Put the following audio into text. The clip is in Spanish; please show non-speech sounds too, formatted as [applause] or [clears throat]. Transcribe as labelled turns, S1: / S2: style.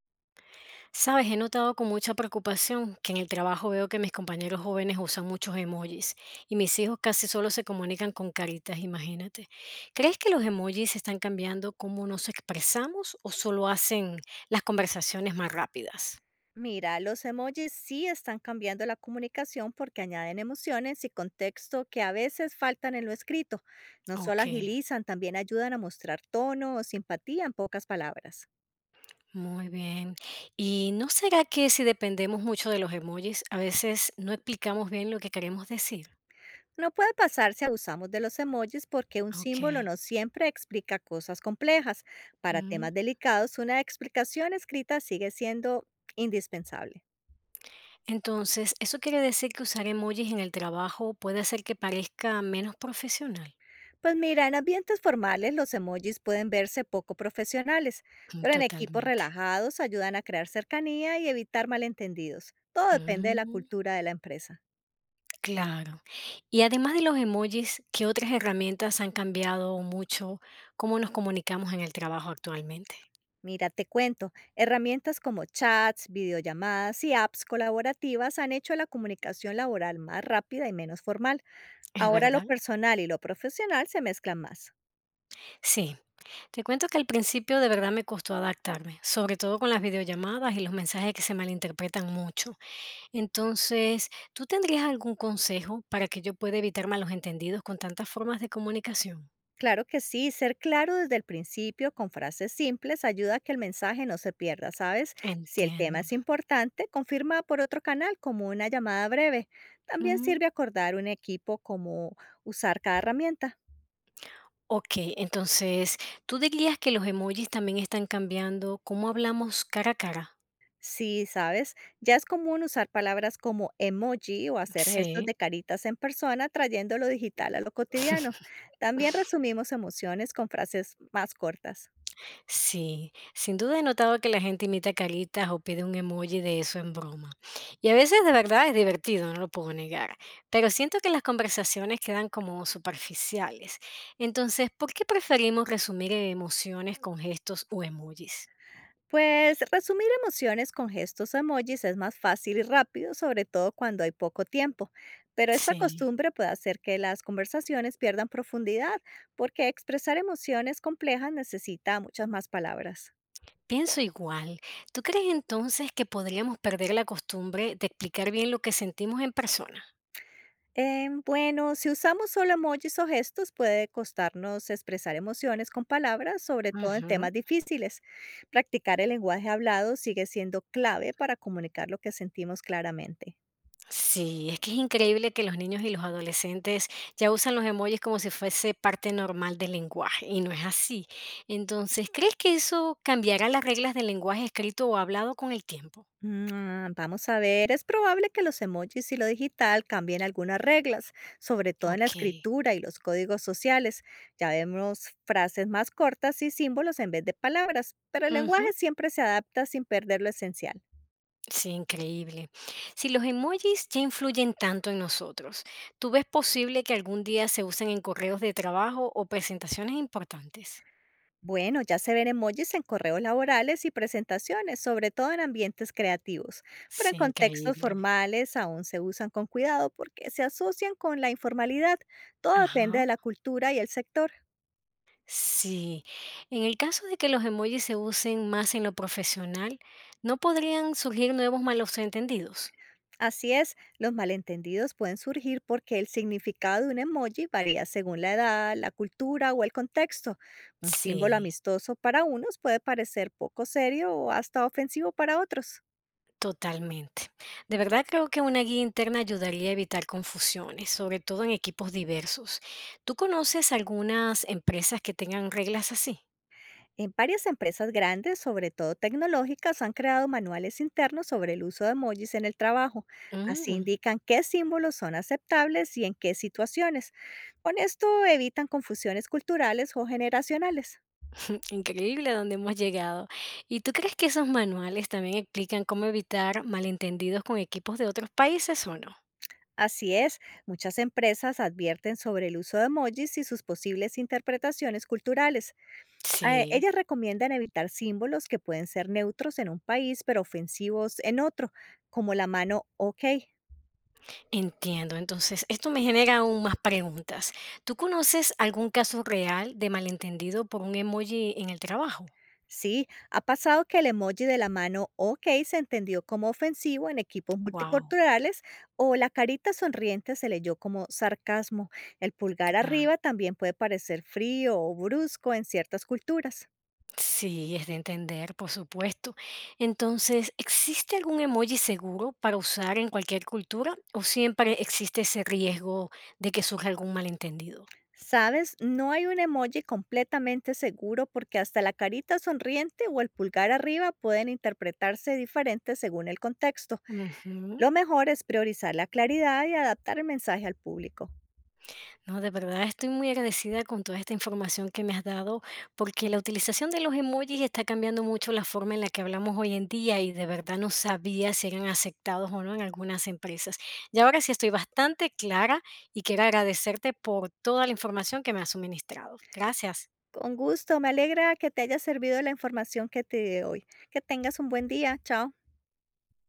S1: Sabes, he notado con mucha preocupación que en el trabajo veo que mis compañeros jóvenes usan muchos emojis y mis hijos casi solo se comunican con caritas, imagínate. ¿Crees que los emojis están cambiando cómo nos expresamos o solo hacen las conversaciones más rápidas?
S2: Mira, los emojis sí están cambiando la comunicación porque añaden emociones y contexto que a veces faltan en lo escrito. No solo
S1: Ok,
S2: agilizan, también ayudan a mostrar tono o simpatía en pocas palabras.
S1: muy bien. ¿Y no será que si dependemos mucho de los emojis, a veces no explicamos bien lo que queremos decir?
S2: No puede pasar si abusamos de los emojis porque un
S1: Ok.
S2: símbolo no siempre explica cosas complejas. Para
S1: Mm.
S2: temas delicados, una explicación escrita sigue siendo indispensable.
S1: Entonces, ¿eso quiere decir que usar emojis en el trabajo puede hacer que parezca menos profesional?
S2: Pues mira, en ambientes formales los emojis pueden verse poco profesionales,
S1: [clears throat] Mm,
S2: pero en equipos
S1: totalmente.
S2: relajados ayudan a crear cercanía y evitar malentendidos. Todo depende de la
S1: Mm,
S2: cultura de la empresa.
S1: claro. Y además de los emojis, ¿qué otras herramientas han cambiado mucho cómo nos comunicamos en el trabajo actualmente?
S2: Mira, te cuento, herramientas como chats, videollamadas y apps colaborativas han hecho la comunicación laboral más rápida y menos formal.
S1: Es
S2: Ahora lo
S1: verdad.
S2: personal y lo profesional se mezclan más.
S1: Sí. Te cuento que al principio de verdad me costó adaptarme, sobre todo con las videollamadas y los mensajes que se malinterpretan mucho. Entonces, ¿tú tendrías algún consejo para que yo pueda evitar malos entendidos con tantas formas de comunicación?
S2: Claro que sí, ser claro desde el principio con frases simples ayuda a que el mensaje no se pierda, ¿sabes? Si el tema
S1: Entiendo.
S2: es importante, confirma por otro canal como una llamada breve. También
S1: Mm,
S2: sirve acordar un equipo como usar cada herramienta.
S1: ok, entonces, ¿tú dirías que los emojis también están cambiando cómo hablamos cara a cara?
S2: Sí, ¿sabes? Ya es común usar palabras como emoji o hacer gestos
S1: Sí.
S2: de caritas en persona, trayendo lo digital a lo cotidiano.
S1: [laughs]
S2: También resumimos emociones con frases más cortas.
S1: Sí, sin duda he notado que la gente imita caritas o pide un emoji de eso en broma. Y a veces de verdad es divertido, no lo puedo negar, pero siento que las conversaciones quedan como superficiales. Entonces, ¿por qué preferimos resumir emociones con gestos o emojis?
S2: Pues resumir emociones con gestos o emojis es más fácil y rápido, sobre todo cuando hay poco tiempo. Pero esta
S1: Sí,
S2: costumbre puede hacer que las conversaciones pierdan profundidad, porque expresar emociones complejas necesita muchas más palabras.
S1: pienso igual. ¿Tú crees entonces que podríamos perder la costumbre de explicar bien lo que sentimos en persona?
S2: Bueno, si usamos solo emojis o gestos, puede costarnos expresar emociones con palabras, sobre todo en
S1: Ujú.
S2: temas difíciles. Practicar el lenguaje hablado sigue siendo clave para comunicar lo que sentimos claramente.
S1: Sí, es que es increíble que los niños y los adolescentes ya usan los emojis como si fuese parte normal del lenguaje, y no es así. Entonces, ¿crees que eso cambiará las reglas del lenguaje escrito o hablado con el tiempo?
S2: Mm, vamos a ver, es probable que los emojis y lo digital cambien algunas reglas, sobre todo en la
S1: Ok.
S2: escritura y los códigos sociales. Ya vemos frases más cortas y símbolos en vez de palabras, pero el
S1: Ujú,
S2: lenguaje siempre se adapta sin perder lo esencial.
S1: sí, increíble. Si los emojis ya influyen tanto en nosotros, ¿tú ves posible que algún día se usen en correos de trabajo o presentaciones importantes?
S2: Bueno, ya se ven emojis en correos laborales y presentaciones, sobre todo en ambientes creativos, pero
S1: Sí,
S2: en contextos
S1: increíble.
S2: formales aún se usan con cuidado porque se asocian con la informalidad. Todo depende
S1: Ajá.
S2: de la cultura y el sector.
S1: Sí, en el caso de que los emojis se usen más en lo profesional, ¿no podrían surgir nuevos malos entendidos?
S2: Así es, los malentendidos pueden surgir porque el significado de un emoji varía según la edad, la cultura o el contexto. Un símbolo
S1: Sí,
S2: amistoso para unos puede parecer poco serio o hasta ofensivo para otros.
S1: totalmente. De verdad creo que una guía interna ayudaría a evitar confusiones, sobre todo en equipos diversos. ¿Tú conoces algunas empresas que tengan reglas así?
S2: En varias empresas grandes, sobre todo tecnológicas, han creado manuales internos sobre el uso de emojis en el trabajo. Así
S1: Mm.
S2: indican qué símbolos son aceptables y en qué situaciones. Con esto evitan confusiones culturales o generacionales.
S1: [laughs] Increíble a dónde hemos llegado. ¿Y tú crees que esos manuales también explican cómo evitar malentendidos con equipos de otros países o no?
S2: Así es, muchas empresas advierten sobre el uso de emojis y sus posibles interpretaciones culturales.
S1: Sí.
S2: Ellas recomiendan evitar símbolos que pueden ser neutros en un país pero ofensivos en otro, como la mano OK.
S1: Entiendo, entonces esto me genera aún más preguntas. ¿Tú conoces algún caso real de malentendido por un emoji en el trabajo?
S2: Sí, ha pasado que el emoji de la mano OK se entendió como ofensivo en equipos
S1: Wow,
S2: multiculturales o la carita sonriente se leyó como sarcasmo. El pulgar arriba
S1: claro.
S2: también puede parecer frío o brusco en ciertas culturas.
S1: Sí, es de entender, por supuesto. Entonces, ¿existe algún emoji seguro para usar en cualquier cultura o siempre existe ese riesgo de que surja algún malentendido?
S2: Sabes, no hay un emoji completamente seguro porque hasta la carita sonriente o el pulgar arriba pueden interpretarse diferentes según el contexto.
S1: Ujú.
S2: Lo mejor es priorizar la claridad y adaptar el mensaje al público.
S1: No, de verdad estoy muy agradecida con toda esta información que me has dado, porque la utilización de los emojis está cambiando mucho la forma en la que hablamos hoy en día y de verdad no sabía si eran aceptados o no en algunas empresas. Y ahora sí estoy bastante clara y quiero agradecerte por toda la información que me has suministrado. Gracias.
S2: Con gusto, me alegra que te haya servido la información que te di hoy. Que tengas un buen día. Chao.